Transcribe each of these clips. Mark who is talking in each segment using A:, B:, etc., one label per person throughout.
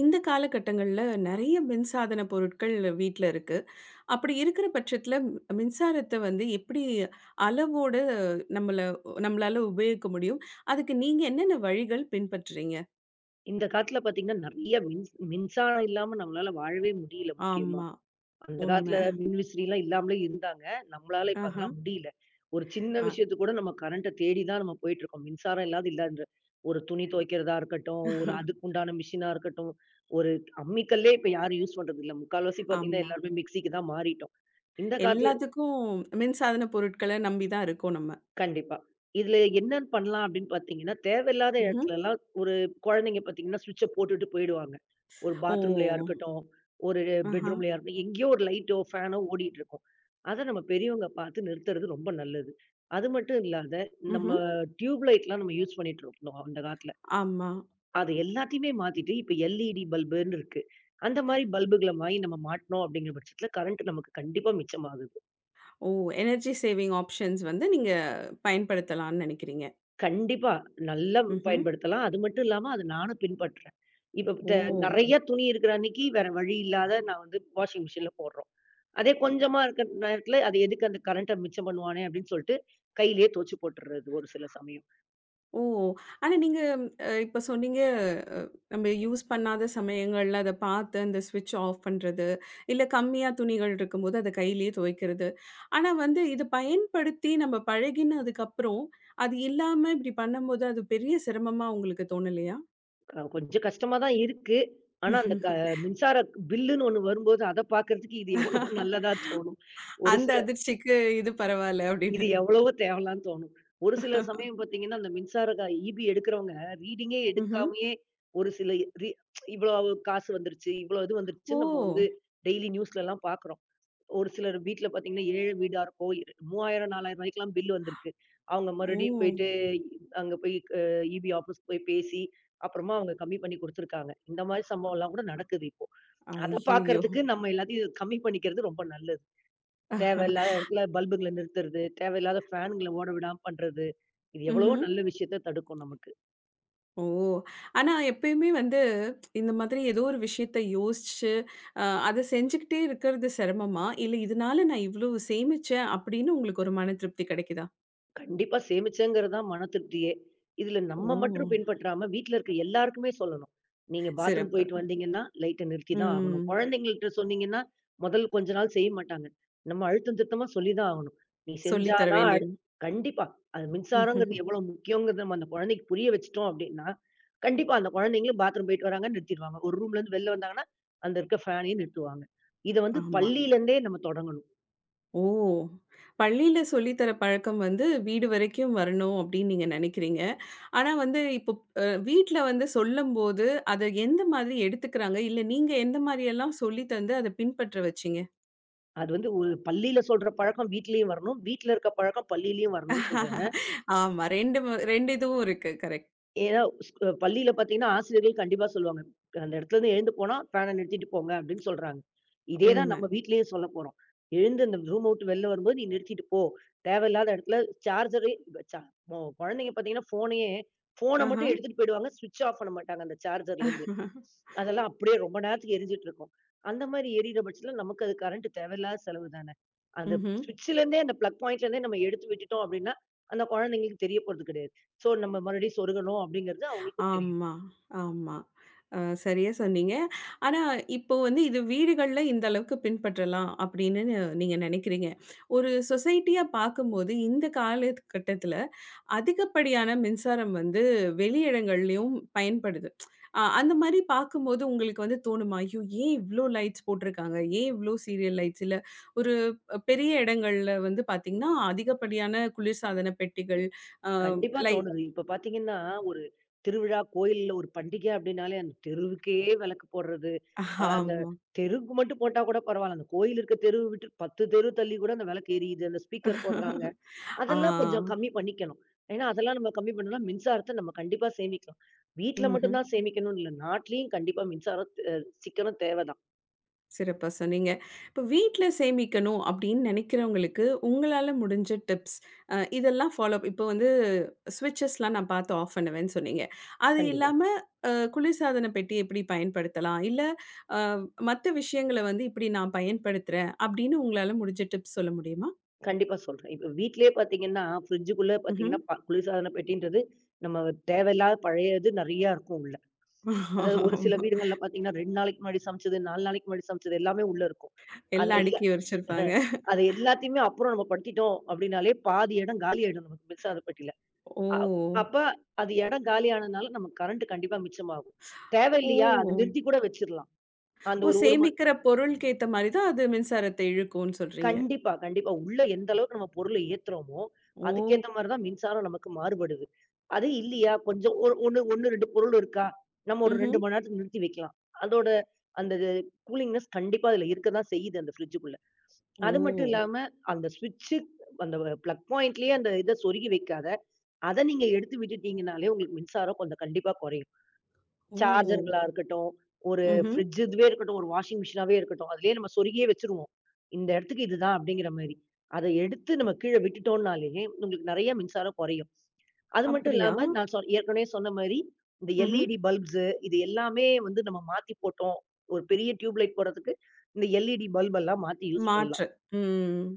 A: இந்த காலகட்டங்கள்ல நெறைய மின்சாதன பொருட்கள் வீட்ல இருக்கு. அப்படி இருக்கிற பட்சத்துல மின்சாரத்த வந்து எப்படி அளவோட நம்மள நம்மளால உபயோகிக்க முடியும்? அதுக்கு நீங்க என்னென்ன வழிகள் பின்பற்றுறீங்க?
B: இந்த காலத்துல பாத்தீங்கன்னா, நெறைய மின்சாரம் இல்லாம நம்மளால வாழவே முடியல முக்கியமா.
A: ஆமா.
B: அந்த
A: உண்ம.
B: காலத்துல மின்விசிறிலாம் இல்லாமலே இருந்தாங்க. நம்மளால இப்ப
A: ஆஹ.
B: அதெல்லாம் முடியல. ஒரு சின்ன
A: அ
B: விஷயத்துக்கு கூட நம்ம கரண்ட்ட தேடி தான் நம்ம போயிட்டுருக்கோம். மின்சாரம் இல்லாத இல்லன்ற ஒரு துணி துவைக்கிறதா இருக்கட்டும், ஒரு அதுக்குண்டான மிஷினா இருக்கட்டும், ஒரு அம்மிக்கல்லே இப்ப யாரும் யூஸ் பண்றதில்ல. முக்கால்வாசி பாத்தீங்கன்னா,
A: ஆமா.
B: எல்லாருமே மிக்ஸிக்கு தான் மாறிட்டோம். இந்த காலத்துல
A: எல்லாத்துக்கும் மின்சாதன பொருட்கள நம்பி தான் இருக்கோம் நம்ம.
B: கண்டிப்பா. இதுல என்னன்னு பண்ணலாம் அப்படின்னு பார்த்தீங்கன்னா, தேவையில்லாத
A: ம்ஹ்ம்.
B: இடத்துலலாம் ஒரு குழந்தைங்க பார்த்தீங்கன்னா, ஸ்விட்ச்ச போட்டுட்டு போயிடுவாங்க. ஒரு
A: ஓ!
B: பாத்ரூம்லயா இருக்கட்டும், ஒரு
A: ஆஹா.
B: பெட்ரூம்லயா இருக்கட்டும், எங்கேயோ ஒரு லைட்டோ, ஃபேனோ ஓடிட்டு இருக்கும். அத நம்ம பெரியவங்க பார்த்து நிறுத்துறது ரொம்ப நல்லது. அது மட்டும் இல்லாத, நம்ம
A: ம்ஹ்ம்.
B: டியூப் லைட்லாம் நம்ம யூஸ் பண்ணிட்டு இருந்தோம் அந்த காலத்துல.
A: ஆமா.
B: அது எல்லாத்தையுமே மாத்திட்டு, இப்ப எல்இடி பல்புன்னு இருக்கு. அந்த மாரி பல்புகள வாங்கி நம்ம மாட்டுனோம் அப்படிங்கிற பட்சத்துல, கரண்ட் நமக்கு கண்டிப்பா மிச்சமாகுது.
A: ஓ! எனர்ஜி சேவிங் ஆப்ஷன்ஸ் வந்து நீங்க பயன்படுத்தலாம்னு நெனைக்கிறீங்க.
B: கண்டிப்பா. நல்லா
A: ம்ஹ்ம்.
B: பயன்படுத்தலாம். அது மட்டும் இல்லாம அது நானும் பின்பற்றேன். இப்ப ட
A: ஓ!
B: நெறைய துணி இருக்கிற அன்னைக்கு வேற வழி இல்லாத நான் வந்து வாஷிங் மிஷின்ல போடுறோம். அதே கொஞ்சமா இருக்கிற நேரத்துல அது எதுக்கு அந்த கரண்ட்ட மிச்சம் பண்ணுவானே அப்படின்னு சொல்லிட்டு, கையிலேயே துவச்சு போட்டுறது ஒரு சில சமயம்.
A: ஓ! ஆனா நீங்க இப்ப சொன்னீங்க, அ நம்ம யூஸ் பண்ணாத சமயங்கள்ல அத பார்த்து அந்த ஸ்விட்ச் ஆஃப் பண்றது, இல்ல கம்மியா துணிகள் இருக்கும்போது அத கையிலேயே துவைக்கிறது. ஆனா வந்து இத பயன்படுத்தி நம்ம பழகினதுக்கப்புறம், அது இல்லாம இப்படி பண்ணும்போது அது பெரிய சிரமமா உங்களுக்கு தோணலையா?
B: கொஞ்சம் கஷ்டமா தான் இருக்கு. ஆனா அந்த மின்சார பில்லுன்னு ஒண்ணு வரும்போது அத பார்க்கறதுக்கு இது எவ்வளவோ நல்லதா தோணும். ஒரு
A: அந்த
B: சில
A: அதிர்ச்சிக்கு இது பரவால்ல அப்படின்னு.
B: இது எவ்வளவோ தேவலான்னு தோணும். ஒரு சில சமயம் பார்த்தீங்கன்னா, அந்த மின்சார ஈபி எடுக்கிறவங்க ரீடிங்கே
A: ம்ஹ்ம்.
B: எடுக்காமயே ஒரு சில ரி இவ்வளவு காசு வந்துருச்சு, இவ்வளோ இது
A: ஓ!
B: வந்துருச்சுன்னு நம்ம வந்து டெய்லி நியூஸ்லலாம் பார்க்குறோம். ஒரு சிலர் வீட்ல பார்த்தீங்கன்னா, ஏழை வீடா இருக்கும். ரூ. 3000, 4000 பில் வந்திருக்கு. அவங்க
A: ஓ!
B: மறுபடியும் போயிட்டு அங்க போய் அ ஈபி ஆஃபீஸ் போய் பேசி, அப்புறமா அவங்க கம்மி பண்ணி குடுத்துருக்காங்க. இந்த மாரி சம்பவம்லாம் கூட நடக்குது இப்போ. அத
A: ஐயய்யோ!
B: பார்க்கறதுக்கு நம்ம எல்லாத்தையும் கம்மி பண்ணிக்கிறது ரொம்ப நல்லது. தேவையில்லாத இடத்துல பல்புகள நிறுத்துறது, தேவையில்லாத ஃபேன்கள ஓட விடாம பண்றது. இது எவ்வளவோ
A: ம்ஹ்ம்.
B: நல்ல விஷயத்த தடுக்கும் நமக்கு.
A: ஓ! ஆனா எப்பயுமே வந்து இந்த மாதிரி ஏதோ ஒரு விஷயத்த யோசிச்சு, அத செஞ்சுக்கிட்டே இருக்கிறது சிரமமா? இல்ல இதனால நான் இவ்ளோ சேமிச்சேன் அப்படின்னு உங்களுக்கு ஒரு மன திருப்தி கிடைக்குதா?
B: கண்டிப்பா சேமிச்சேங்கிறது தான் மன திருப்தியே. இதுல நம்ம
A: ஓ!
B: மட்டும் பின்பற்றாம, வீட்ல இருக்க எல்லாருக்குமே சொல்லணும். நீங்க பாத்ரூம் போயிட்டு
A: சிறப்பு.
B: வந்தீங்கன்னா, லைட்ட நிறுத்தி தான் ஆகணும்.
A: ம்.
B: குழந்தைங்கள்ட்ட சொன்னீங்கன்னா, முதல் கொஞ்ச நாள் செய்ய மாட்டாங்க. நம்ம அழுத்தம் திருத்தமா சொல்லி தான் ஆகணும். நீ
A: சொல்லி
B: செஞ்சா
A: தர
B: தான் அடு
A: வேண்டியது.
B: கண்டிப்பா. அது மின்சாரங்கிறது எவ்வளோ முக்கியங்கிறத நம்ம அந்த குழந்தைக்கு புரிய வச்சுட்டோம் அப்டின்னா, கண்டிப்பா அந்த குழந்தைங்களும் பாத்ரூம் போயிட்டு வராங்க, நிறுத்திருவாங்க. ஒரு ரூம்லேருந்து வெளில வந்தாங்கன்னா, அந்த இருக்க ஃபேனையும் நிறுத்துவாங்க. இத வந்து
A: ஆமா.
B: பள்ளியிலேருந்தே நம்ம தொடங்கணும்.
A: ஓ! பள்ளியில சொல்லி தர பழக்கம் வந்து வீடு வரைக்கும் வரணும் அப்படின்னு நீங்க நினைக்கிறீங்க. ஆனா வந்து இப்போ வீட்ல வந்து சொல்லும்போது அத எந்த மாதிரி எடுத்துக்கிறாங்க? இல்ல நீங்க எந்த மாரியெல்லாம் சொல்லி தந்து அத பின்பற்ற வச்சீங்க?
B: அது வந்து ஒரு பள்ளியில சொல்ற பழக்கம் வீட்லயும் வரணும். வீட்ல இருக்க பழக்கம் பள்ளியிலயும் வரணும்னு சொல்றேன்.
A: ஆமா. 2 2 இதுவும் இருக்கு. கரெக்ட்.
B: ஏன்னா பள்ளியில பார்த்தீங்கன்னா, ஆசிரியர்கள் கண்டிப்பா சொல்லுவாங்க. "அந்த இடத்துலருந்து எழுந்து போனா, ஃபேன நிறுத்திட்டு போங்க" அப்படின்னு சொல்றாங்க. இதே தான்
A: உண்ம.
B: நம்ம வீட்லயும் சொல்லப் போறோம். "எழுந்து அந்த ரூம விட்டு வெளில வரும்போது, நீ நிறுத்திட்டு போ. தேவையில்லாத இடத்துல சார்ஜரே ச" கொ குழந்தைங்க பார்த்தீங்கன்னா, ஃபோன
A: ஆஹ.
B: மட்டும் எடுத்துட்டு போயிடுவாங்க. ஸ்விட்ச் ஆஃப் பண்ண மாட்டாங்க அந்த சார்ஜர்லருந்து. அதெல்லாம் அப்படியே ரொம்ப நேரத்துக்கு எரிஞ்சுட்டு இருக்கும். அந்த மாரி எரியிற பட்சத்துல நமக்கு அது கரண்ட் தேவையில்லாத செலவு தானே. அந்த
A: ம்ஹ்ம்.
B: அந்த பிளக் பாயிண்ட்லேருந்தே நம்ம எடுத்து விட்டுட்டோம் அப்படின்னா, அந்த குழந்தைங்களுக்கு தெரிய போறது கிடையாது. ஸோ நம்ம மறுபடியும் சொருகணும் அப்படிங்கிறது அவங்களுக்கும் தெரியும்.
A: ஆமா, ஆமா. சரியா சொன்னீங்க. ஆனா, இப்போ வந்து இது வீடுகள்ல இந்த அளவுக்கு பின்பற்றலாம் அப்படின்னு நீங்க நினைக்கிறீங்க. ஒரு சொசைட்டியா பார்க்கும்போது இந்த காலகட்டத்தில அதிகப்படியான மின்சாரம் வந்து வெளி இடங்கள்லயும் பயன்படுது. அந்த மாரி பார்க்கும்போது உங்களுக்கு வந்து தோணுமா? ஐயோ! ஏன் இவ்ளோ லைட்ஸ் போட்டிருக்காங்க? ஏன் இவ்ளோ சீரியல் லைட்ஸ்? இல்ல ஒரு பெரிய இடங்கள்ல வந்து பார்த்தீங்கன்னா, அதிகப்படியான குளிர்சாதன பெட்டிகள், அ
B: கண்டிப்பா
A: லை
B: தோணுது. இப்ப பார்த்தீங்கன்னா, ஒரு திருவிழா, கோயில்ல ஒரு பண்டிகை அப்படின்னாலே அந்த தெருவுக்கே விளக்கு போடுறது. அந்த
A: ஆமா.
B: தெருவுக்கு மட்டும் போட்டா கூட பரவால்ல. அந்த கோயில் இருக்க தெருவு விட்டு 10 தெரு தள்ளி கூட அந்த விளக்கு எரியுது. அந்த ஸ்பீக்கர் போடுறாங்க. அதெல்லாம் கொஞ்சம்
A: ஆ.
B: கம்மி பண்ணிக்கணும். ஏன்னா, அதெல்லாம் நம்ம கம்மி பண்ணோம்னா, மின்சாரத்த நம்ம கண்டிப்பா சேமிக்கலாம். வீட்ல மட்டும்
A: ம்ஹ்ம்.
B: தான் சேமிக்கணும்னு இல்ல. நாட்லயும் கண்டிப்பா மின்சாரம் அ சிக்கனம் தேவ தான்.
A: சிறப்பா சொன்னீங்க. இப்ப வீட்ல சேமிக்கணும் அப்டின்னு நெனைக்கிறவங்களுக்கு, உங்களால முடிஞ்ச டிப்ஸ் இதெல்லாம் ஃபாலோ இப்ப வந்து ஸ்விட்சஸ்லாம் நான் பார்த்து ஆஃப் பண்ணுவேன்னு சொன்னீங்க. அது
B: கண்டிப்பா.
A: இல்லாம குளிர்சாதன பெட்டி எப்படி பயன்படுத்தலாம்? இல்ல அ மத்த விஷயங்கள வந்து இப்படி நான் பயன்படுத்துறேன் அப்படின்னு உங்களால முடிஞ்ச டிப்ஸ் சொல்ல முடியுமா?
B: கண்டிப்பா சொல்றேன். ஃப்ரிட்ஜுக்குள்ள
A: ம்ஹ்ம்.
B: பார்த்தீங்கன்னா, குளிர்சாதன பெட்டின்றது நம்ம தேவையில்லாத பழையது நெறையா இருக்கும் உள்ள. அதாவது ஒரு சில
A: ஆமா.
B: வீடுகள்ல பார்த்தீங்கன்னா, 2 நாளைக்கு முன்னாடி சமைச்சது, 4 நாளைக்கு முன்னாடி சமைச்சது எல்லாமே உள்ள இருக்கும். அது
A: எல்லாம்
B: எல்லா
A: அடுக்கி வச்சிருப்பாங்க.
B: அது எல்லாத்தையுமே அப்புறம் நம்ம படுத்திட்டோம் அப்படின்னாலே, பாதி இடம் காலியாயிடும் நமக்கு மின்சார பெட்டில.
A: ஓ!
B: அ அப்ப அது இடம் காலியானனால நமக்கு கரண்ட் கண்டிப்பா மிச்சமாகும்.
A: ஓ!
B: தேவையில்லையா? அத நிறுத்தி கூட வச்சிரலாம். அந்த
A: ஓ!
B: ஒரு 1 மண்
A: சேமிக்கிற பொருளுக்கு ஏத்த மாரி தான் அது மின்சாரத்த இழுக்கும்னு சொல்றீங்க.
B: கண்டிப்பா, கண்டிப்பா. உள்ள எந்த அளவுக்கு நம்ம பொருள ஏத்துறோமோ,
A: ஓ!
B: அதுக்கேத்த மாரி தான் மின்சாரம் நமக்கு மாறுபடுது. அது இல்லையா? கொஞ்சம் ஒரு 1, 2 பொருள் இருக்கா? நம்ம ஒரு 2
A: ம்ஹ்ம்.
B: மணி நேரத்துக்கு நிறுத்தி வைக்கலாம். அதோட அந்த இது கூலிங்னஸ் கண்டிப்பா அதுல இருக்க தான் செய்யுது அந்த ஃப்ரிட்ஜுக்குள்ள.
A: ஓ!
B: அது மட்டும் இல்லாம அந்த ஸ்விட்ச்சு அந்த பிளக் பாயிண்ட்லயே அந்த இத சொருகி வைக்காத, அத நீங்க எடுத்து விட்டுட்டீங்கனாலே உங்களுக்கு மின்சாரம் கொஞ்சம் கண்டிப்பா குறையும்.
A: ஓ!
B: சார்ஜருங்களா இருக்கட்டும், ஒரு
A: ம்ஹ்ம்.
B: ஃப்ரிட்ஜ் இதுவே இருக்கட்டும், ஒரு வாஷிங் மிஷினாவே இருக்கட்டும். அதிலேயே நம்ம சொருகியே வச்சுருவோம். இந்த இடத்துக்கு இதுதான் அப்படிங்கிற மாரி. அத எடுத்து நம்ம கீழ விட்டுட்டோம்னாலே, உங்களுக்கு நெறைய மின்சாரம் குறையும். அது மட்டும்
A: அப்படியா?
B: இல்லாம நான் சொ ஏற்கனவே சொன்ன மாரி, இந்த
A: ம்ஹ்ம்.
B: எல்இடி பல்ப்ஸ் இது எல்லாமே வந்து நம்ம மாத்தி போட்டோம். ஒரு பெரிய டியூப் லைட் போடுறதுக்கு, இந்த எல்இடி பல்ப் எல்லாம் மாத்தி யூஸ் பண்ணலாம்.
A: மாற்று. ம்.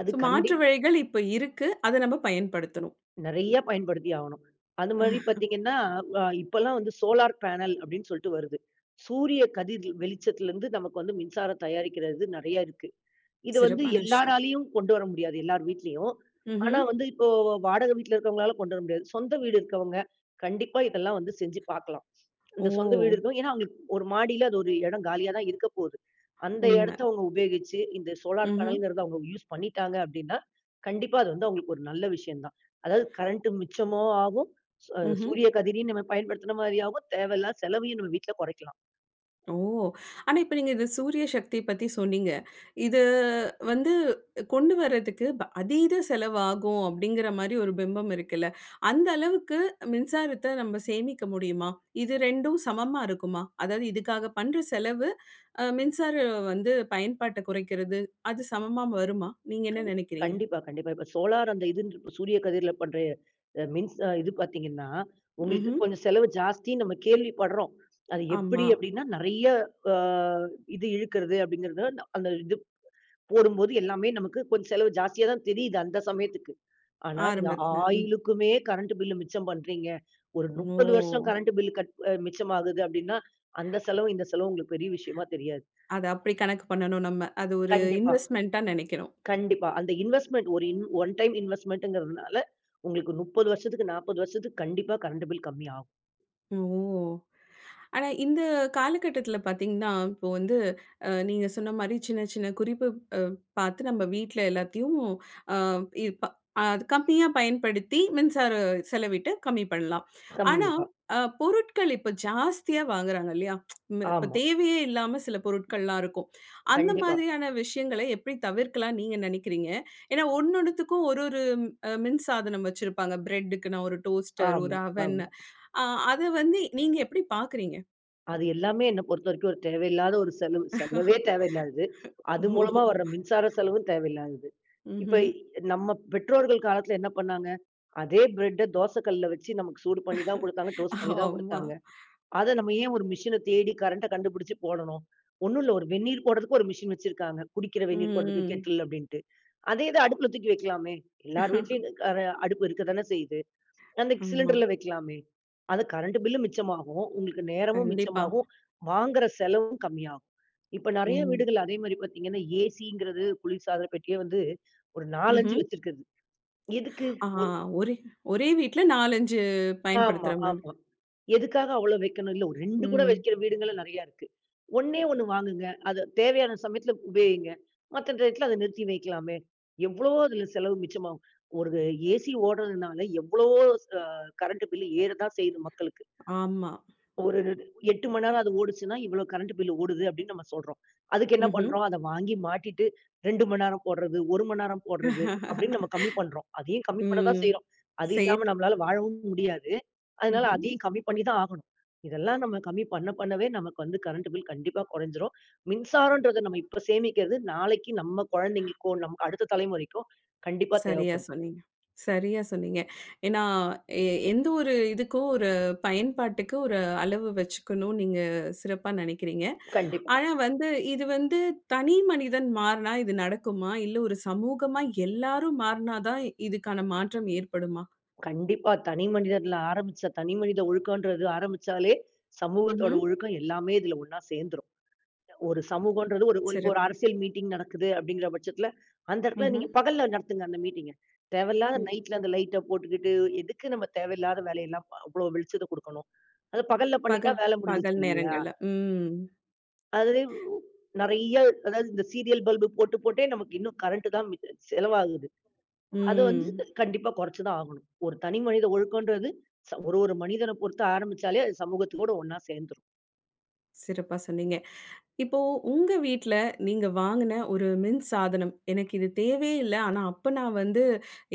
B: அது
A: ஸோ
B: கண்டி
A: மாற்று வழிகள் இப்ப இருக்கு. அத நம்ம பயன்படுத்தணும்.
B: நெறைய பயன்படுத்தி ஆவணும். அது மாரி பார்த்தீங்கன்னா, இப்பல்லாம் வந்து சோலார் பேனல் அப்படின்னு சொல்லிட்டு வருது. சூரிய கதிர் வெளிச்சத்திலருந்து நமக்கு வந்து மின்சாரம் தயாரிக்கிறது நெறைய இருக்கு. இது வந்து
A: சிறப்பான விஷயம்.
B: எல்லாராலயும் கொண்டு வர முடியாது, எல்லார் வீட்லயும். ஆனா
A: ம்ஹ்ம்.
B: வந்து இப்போ வாடகை வீட்ல இருக்கிறவங்களால கொண்டு வர முடியாது. சொந்த வீடு இருக்கவங்க, கண்டிப்பா இதெல்லாம் வந்து செஞ்சு பார்க்கலாம்.
A: ஓ!
B: இந்த சொந்த வீடு இருக்கும். ஏன்னா, அவங்களுக்கு ஒரு மாடியில அது ஒரு இடம் காலியா தான் இருக்க போகுது. அந்த
A: உண்ம.
B: இடத்த அவங்க உபயோகிச்சு, இந்த சோலார்
A: ம்ஹ்ம்.
B: பேனல்ங்கிறத அவங்க யூஸ் பண்ணிட்டாங்க அப்டின்னா, கண்டிப்பா அது வந்து அவங்களுக்கு ஒரு நல்ல விஷயம் தான். அதாவது கரண்ட் மிச்சமும் ஆகும். ச
A: ம்ஹ்ம்.
B: சூரிய கதிரையும் நம்ம பயன்படுத்துன மாரி ஆகும். தேவையில்லாத செலவையும் நம்ம வீட்ல குறைக்கலாம்.
A: ஓ! ஆனா, இப்ப நீங்க இது சூரிய சக்தி பத்தி சொன்னீங்க. இது வந்து கொண்டு வரதுக்கு அதீத செலவாகும் அப்படிங்கிற மாரி ஒரு பிம்பம் இருக்குல்ல. அந்த அளவுக்கு மின்சாரத்த நம்ம சேமிக்க முடியுமா? இது 2ம் சமமா இருக்குமா? அதாவது இதுக்காக பண்ற செலவு, மின்சார வந்து பயன்பாட்ட குறைக்கிறது, அது சமமா வருமா? நீங்க என்ன நெனைக்கிறீங்க?
B: கண்டிப்பா, கண்டிப்பா. இப்ப சோலார் அந்த இது இப்ப சூரிய கதிர்ல பண்ற மின்ஸ் இது பார்த்தீங்கன்னா, உங்களுக்கு
A: ம்ஹ்ம்.
B: கொஞ்சம் செலவு ஜாஸ்தின்னு நம்ம கேள்விப்படுறோம். அது எப்படி
A: ஆமா.
B: அப்டின்னா, நெறைய அ இது இழுக்கிறது அப்டிங்கிறது அந்த இது போடும்போது எல்லாமே நமக்கு கொஞ்சம் செலவு ஜாஸ்தியா தான் தெரியுது அந்த சமயத்துக்கு. ஆனா, நீங்க
A: ஆரம்பத்துல. ம்.
B: ஆயிலுக்குமே கரண்ட் பில் மிச்சம் பண்றீங்க. ஒரு 30 வருஷம்
A: ஓ!
B: கரண்ட் பில் கட் அ மிச்சமாகுது அப்டின்னா, அந்த செலவு, இந்த செலவு உங்களுக்கு பெரிய விஷயமா தெரியாது.
A: அத அப்படி கணக்கு பண்ணணும் நம்ம. அது ஒரு
B: கண்டிப்பா,
A: இன்வெஸ்ட்மென்ட்டா நெனைக்கிறோம்.
B: கண்டிப்பா. அந்த இன்வெஸ்ட்மென்ட் ஒரு இன் ஒன் டைம் இன்வெஸ்ட்மென்ட்ங்கிறதுனால, உங்களுக்கு 30 வருஷத்துக்கு, 40 வருஷத்துக்கு கண்டிப்பா கரண்ட் பில் கம்மியாகும்.
A: ஓ! ஆனா, இந்த காலகட்டத்தில பார்த்தீங்கன்னா, இப்போ வந்து நீங்க சொன்ன மாரி சின்ன சின்ன குறிப்பு பார்த்து நம்ம வீட்ல எல்லாத்தையும் அ இப்ப அ கம்மியா பயன்படுத்தி மின்சார செலவிட்டு கம்மி பண்ணலாம். ஆனா,
B: கண்டிப்பா.
A: பொருட்கள் இப்ப ஜாஸ்தியா வாங்குறாங்க இல்லையா? இப்ப
B: ஆமா.
A: தேவையே இல்லாம சில பொருட்கள்லாம் இருக்கும். அந்த
B: கண்டிப்பா.
A: மாதிரியான விஷயங்கள எப்படி தவிர்க்கலாம் நீங்க நினைக்கிறீங்க? ஏன்னா, ஒன்னொன்னுத்துக்கும் ஒரு ஒரு மின் சாதனம் வச்சிருப்பாங்க. பிரெட்டுக்குன்னா ஒரு டோஸ்டர்,
B: ஆமா.
A: ஒரு அவன்
B: ஆமா.
A: அ அத வந்து நீங்க எப்படி பார்க்குறீங்க?
B: அது எல்லாமே என்ன பொறுத்தவரைக்கும் ஒரு தேவையில்லாத ஒரு செலவு. செலவே தேவையில்லாதது. அது
A: ஓஹோ!
B: மூலமா வர்ற மின்சார செலவும் தேவையில்லாதது.
A: ம்ஹ்ம்.
B: இப்ப நம்ம பெற்றோர்கள் காலத்துல என்ன பண்ணாங்க? அதே பிரெட்ட தோசை கல்ல வச்சு நமக்கு சூடு பண்ணி தான் குடுத்தாங்க. டோஸ்ட் பண்ணி தான்
A: ஆமா.
B: குடுத்தாங்க. அத நம்ம ஏன் ஒரு மிஷின தேடி கரண்ட்ட கண்டுபிடிச்சு போடணும்? ஒண்ணும் இல்ல. ஒரு வெந்நீர் போடுறதுக்கு ஒரு மிஷின் வச்சிருக்காங்க. குடிக்கிற வெந்நீர் போடுறதுக்கு
A: ம்.
B: கெட்டில் அப்டின்ட்டு. அதே இத அடுப்புல தூக்கி வைக்கலாமே! எல்லார் வீட்லயும் அடுப்பு இருக்க தானே செய்யுது. அந்த
A: ஆமா.
B: சிலிண்டர்ல வைக்கலாமே! அது கரண்ட் பில்லும் மிச்சமாகும். உங்களுக்கு நேரமும்
A: கண்டிப்பா.
B: மிச்சமாகும். வாங்குற செலவும் கம்மியாகும். இப்ப நெறைய
A: ம்.
B: வீடுகள் அதே மாரி பார்த்தீங்கன்னா, ஏசிங்கிறது குளிர்சாதன பெட்டியே வந்து ஒரு 4, 5
A: ம்ஹ்ம்.
B: வச்சிருக்குது. எதுக்கு?
A: ஆ
B: ஒரு
A: ஒரே ஒரே வீட்ல 4, 5
B: ஆமா,
A: பயன்படுத்துற மாரி.
B: ஆமா. எதுக்காக அவ்வளோ வைக்கணும்? இல்ல ஒரு 2 கூட
A: ம்.
B: வைக்கிற வீடுங்களும் நெறைய இருக்கு. ஒண்ணே 1 வாங்குங்க. அது தேவையான சமயத்துல உபயோகிங்க. மத்த டயத்துல அத நிறுத்தி வைக்கலாமே! எவ்வளவோ அதுல செலவு மிச்சமாகும். ஒரு ஏசி ஓடுறதுனால எவ்வளவோ அ கரண்ட் பில் ஏறதான் செய்யுது மக்களுக்கு.
A: ஆமா.
B: ஒரு 8 மணி நேரம் அது ஓடுச்சுன்னா, இவ்வளோ கரண்ட் பில் ஓடுது அப்படின்னு நம்ம சொல்றோம். அதுக்கு என்ன
A: ம்ஹ்ம்.
B: பண்றோம்? அத வாங்கி மாட்டிட்டு 2 மணி நேரம் போடுறது, 1 மணி நேரம் போடுறது அப்படின்னு நம்ம கம்மி பண்றோம். அதையும் கம்மி பண்ண தான்
A: ம்.
B: செய்றோம். அது
A: செய்
B: இல்லாம நம்மளால வாழவும் முடியாது. அதனால
A: ம்ஹ்ம்.
B: அதையும் கம்மி பண்ணி தான் ஆகணும். இதெல்லாம் நம்ம கம்மி பண்ண பண்ணவே நமக்கு வந்து கரண்ட் பில் கண்டிப்பா குறைஞ்சிரும். மின்சாரம்ன்றத நம்ம இப்ப சேமிக்கிறது நாளைக்கு நம்ம குழந்தைங்களுக்கோ, நமக்கு அடுத்த தலைமுறைக்கோ கண்டிப்பா
A: சரியா
B: தேவைப்படும்.
A: சொன்னீங்க. சரியா சொன்னீங்க. ஏன்னா, எ எந்த ஒரு இதுக்கும் ஒரு பயன்பாட்டுக்கு ஒரு அளவு வச்சுக்கணும்னு நீங்க சிறப்பா நினைக்கிறீங்க.
B: கண்டிப்பா.
A: ஆனா வந்து, இது வந்து தனி மனிதன் மாறுனா இது நடக்குமா? இல்ல ஒரு சமூகமா எல்லாரும் மாறுனா தான் இதுக்கான மாற்றம் ஏற்படுமா?
B: கண்டிப்பா. தனி மனிதர்ல ஆரம்பிச்சா தனி மனித ஒழுக்கம்ன்றது ஆரம்பிச்சாலே, சமூகத்தோட
A: ம்ஹ்ம்.
B: ஒழுக்கம் எல்லாமே இதுல ஒண்ணா சேர்ந்துரும். ஒரு சமூகம்ன்றது ஒரு ஒரு இப்போ ஒரு
A: சிறப்பு.
B: அரசியல் மீட்டிங் நடக்குது அப்படிங்கிற பட்சத்துல, அந்த இடத்துல
A: ம்ஹ்ம்.
B: நீங்க பகல்ல நடத்துங்க அந்த மீட்டிங்க. தேவையில்லாத
A: ம்.
B: நைட்ல அந்த லைட்ட போட்டுக்கிட்டு, எதுக்கு நம்ம தேவையில்லாத வேலையெல்லாம் அவ்ளோ வெளிச்சத்த குடுக்கணும்? அது பகல்ல பண்ணிட்டா
A: பகல்
B: வேலை முடிஞ்சுச்சு
A: பகல்
B: இல்லையா?
A: நேரங்கள்ல. ம்.
B: அதுவே நெறைய அதாவது இந்த சீரியல் பல்பு போட்டு போட்டே நமக்கு இன்னும் கரண்ட் தான் மிச்ச செலவாகுது. அது
A: ம்.
B: வந்து கண்டிப்பா குறைச்சு தான் ஆகணும். ஒரு தனி மனித ஒழுக்கம்ன்றது ச ஒரு ஒரு மனிதன பொறுத்து ஆரம்பிச்சாலே அது சமூகத்தோட ஒண்ணா சேர்ந்துரும்.
A: சிறப்பா சொன்னீங்க. இப்போ உங்க வீட்ல நீங்க வாங்குன ஒரு மின் சாதனம், எனக்கு இது தேவையே இல்ல. ஆனா அப்ப நான் வந்து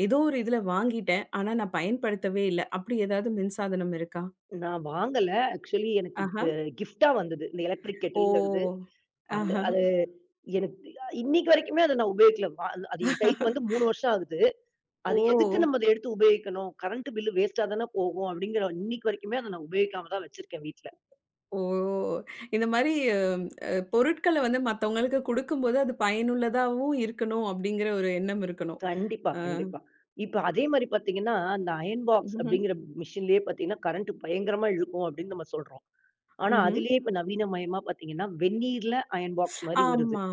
A: ஏதோ ஒரு இதுல வாங்கிட்டேன். ஆனா நான் பயன்படுத்தவே இல்ல. அப்படி ஏதாவது மின்சாதனம் இருக்கா?
B: நான் வாங்கல. ஆக்சுவலி எனக்கு
A: ஆஹா.
B: அ கிஃப்ட்டா வந்தது. இந்த எலக்ட்ரிக்
A: ஓ!
B: கெட்டில்ங்கிறது. அது
A: ஆஹா.
B: அது எனக்கு இன்னைக்கு வரைக்குமே அத நான் உபயோகிக்கல. வ அது அது என் கைக்கு வந்து 3 வருஷம் ஆகுது.
A: ஓ!
B: அது எதுக்கு நம்ம அத எடுத்து உபயோகிக்கணும்? கரண்ட் பில் வேஸ்ட்டா தானே போகும் அப்படிங்கிற இன்னைக்கு வரைக்குமே அத நான் உபயோகிக்காம தான் வச்சிருக்கேன் வீட்ல.
A: ஓ! இந்த மாரி பொருட்கள வந்து மத்தவங்களுக்கு குடுக்கும்போது, அது பயனுள்ளதாவும் இருக்கணும் அப்டிங்கிற ஒரு எண்ணம் இருக்கணும்.
B: கண்டிப்பா,
A: அ
B: கண்டிப்பா. இப்ப அதே மாரி பார்த்தீங்கன்னா, அந்த அயர்ன் பாக்ஸ்
A: ம்ஹ்ம்,
B: அப்படிங்கிற மிஷின்லயே பார்த்தீங்கன்னா, கரண்ட் பயங்கரமா இழுக்கும் அப்படின்னு நம்ம சொல்றோம். ஆனா,
A: ம்ஹ்ம்.
B: அதிலேயே இப்ப நவீனமயமா பார்த்தீங்கன்னா, வெந்நீர்ல அயர்ன் பாக்ஸ் மாரி வருது.
A: ஆமா.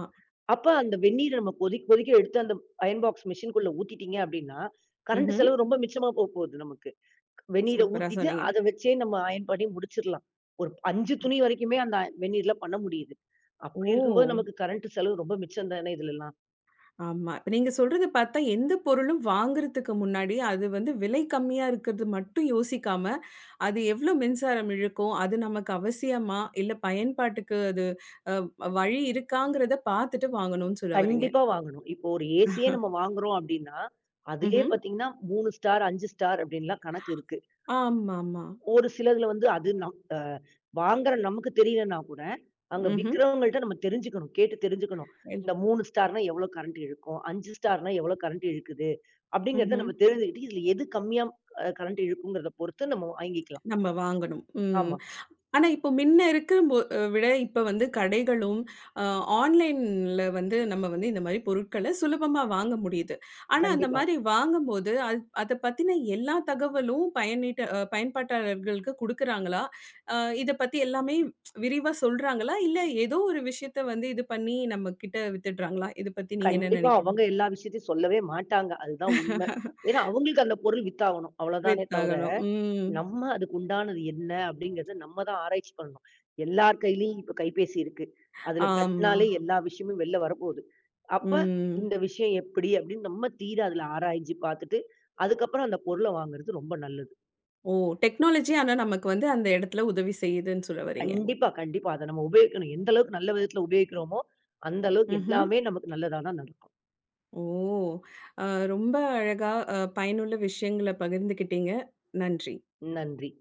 B: அப்ப அந்த வெந்நீர நம்ம கொதிக்க கொதிக்க எடுத்து அந்த அயர்ன் பாக்ஸ் மெஷின்குள்ள ஊத்திட்டீங்க அப்படின்னா, கரண்ட்
A: ம்ஹ்ம்.
B: செலவு ரொம்ப மிச்சமா போகுது நமக்கு. வெந்நீர
A: சூப்பரா
B: ஊத்திட்டு
A: சொன்னீங்க.
B: அத வச்சே நம்ம அயர்ன் பண்ணி முடிச்சிரலாம். ஒரு 5 துணி வரைக்குமே அந்த வெந்நீர்ல பண்ண முடியுது.
A: ஓ!
B: அப்படி இருக்கும்போது நமக்கு கரண்ட் செலவு ரொம்ப மிச்சம் தானே இதுலலாம்.
A: ஆமா. இப்ப நீங்க சொல்றத பார்த்தா, எந்த பொருளும் வாங்குறதுக்கு முன்னாடி, அது வந்து விலை கம்மியா இருக்கிறது மட்டும் யோசிக்காம, அது எவ்ளோ மின்சாரம் இழுக்கும்? அது நமக்கு அவசியமா? இல்ல பயன்பாட்டுக்கு அது அ வழி இருக்காங்கிறத பார்த்துட்டு வாங்கணும்னு சொல்ல வர்றீங்க.
B: கண்டிப்பா வாங்கணும். இப்போ ஒரு ஏசியே நம்ம வாங்குறோம் அப்படின்னா, அதிலேயே
A: ம்ஹ்ம்.
B: பார்த்தீங்கன்னா 3 ஸ்டார், 5 ஸ்டார் அப்படின்லாம் கணக்கு இருக்கு.
A: ஆமாமா.
B: ஒரு சிலதுல வந்து அது நம் அ வாங்குற நமக்கு தெரியலன்னா கூட, அங்க
A: ம்ஹ்ம்.
B: விக்கிறவங்கள்ட்ட நம்ம தெரிஞ்சுக்கணும். கேட்டு தெரிஞ்சுக்கணும். இந்த 3 ஸ்டார்னா எவ்வளோ கரண்ட் இழுக்கும்? 5 ஸ்டார்னா எவ்வளோ கரண்ட் இழுக்குது? அப்படிங்கிறத
A: ம்ஹ்ம்.
B: நம்ம தெரிஞ்சுக்கிட்டு, இதுல எது கம்மியா கரண்ட் இழுக்குங்கிறத பொறுத்து நம்ம வாங்கிக்கலாம்.
A: நம்ம வாங்கணும். ம்.
B: ஆமா.
A: ஆனா, இப்போ மின்ன இருக்கும்போ விட இப்ப வந்து கடைகளும், அ ஆன்லைன்ல வந்து நம்ம வந்து இந்த மாரி பொருட்கள சுலபமா வாங்க முடியுது. ஆனா, அந்த
B: கண்டிப்பா.
A: மாரி வாங்கும்போது, அது அத பத்தின எல்லா தகவலும் பயனீட்ட அ பயன்பாட்டாளர்களுக்கு குடுக்குறாங்களா? அ இத பத்தி எல்லாமே விரிவா சொல்றாங்களா? இல்ல ஏதோ ஒரு விஷயத்த வந்து இது பண்ணி நம்ம கிட்ட வித்துடுறாங்களா? இத பத்தி நீங்க என்ன
B: கண்டிப்பா
A: நெனைக்கிறீங்க?
B: அவங்க எல்லா விஷயத்தையும் சொல்லவே மாட்டாங்க. அதுதான் உண்ம. ஏன்னா, அவங்களுக்கு அந்த பொருள் வித்தாகணும். அவ்வளோதானே தவிர
A: வித்தாகணும். ம்.
B: நம்ம அதுக்கு உண்டானது என்ன? அப்படிங்கிறத நம்ம தான் ஆராய்ச்சி பண்ணணும். எல்லார் கையிலயும் இப்ப கைபேசி இருக்கு. அதுல
A: ஆமா.
B: தட்டுனாலே எல்லா விஷயமும் வெளில வரப்போகுது. அப்ப
A: ம்.
B: இந்த விஷயம் எப்படி அப்படின்னு நம்ம தீர அதுல ஆராய்ஞ்சு பார்த்துட்டு, அதுக்கப்புறம் அந்த பொருள வாங்குறது ரொம்ப நல்லது.
A: ஓ! டெக்னாலஜி ஆனா நமக்கு வந்து அந்த இடத்துல உதவி செய்யுதுன்னு சொல்ல வர்றீங்க.
B: கண்டிப்பா, கண்டிப்பா. அத நம்ம உபயோகிக்கணும். எந்த அளவுக்கு நல்ல விதத்துல உபயோகிக்கிறோமோ, அந்த அளவுக்கு
A: ம்ஹ்ம்.
B: எல்லாமே நமக்கு நல்லதா தான் நடக்கும்.
A: ஓ! அ ரொம்ப அழகா பயனுள்ள விஷயங்கள பகிர்ந்துக்கிட்டீங்க. நன்றி.
B: நன்றி.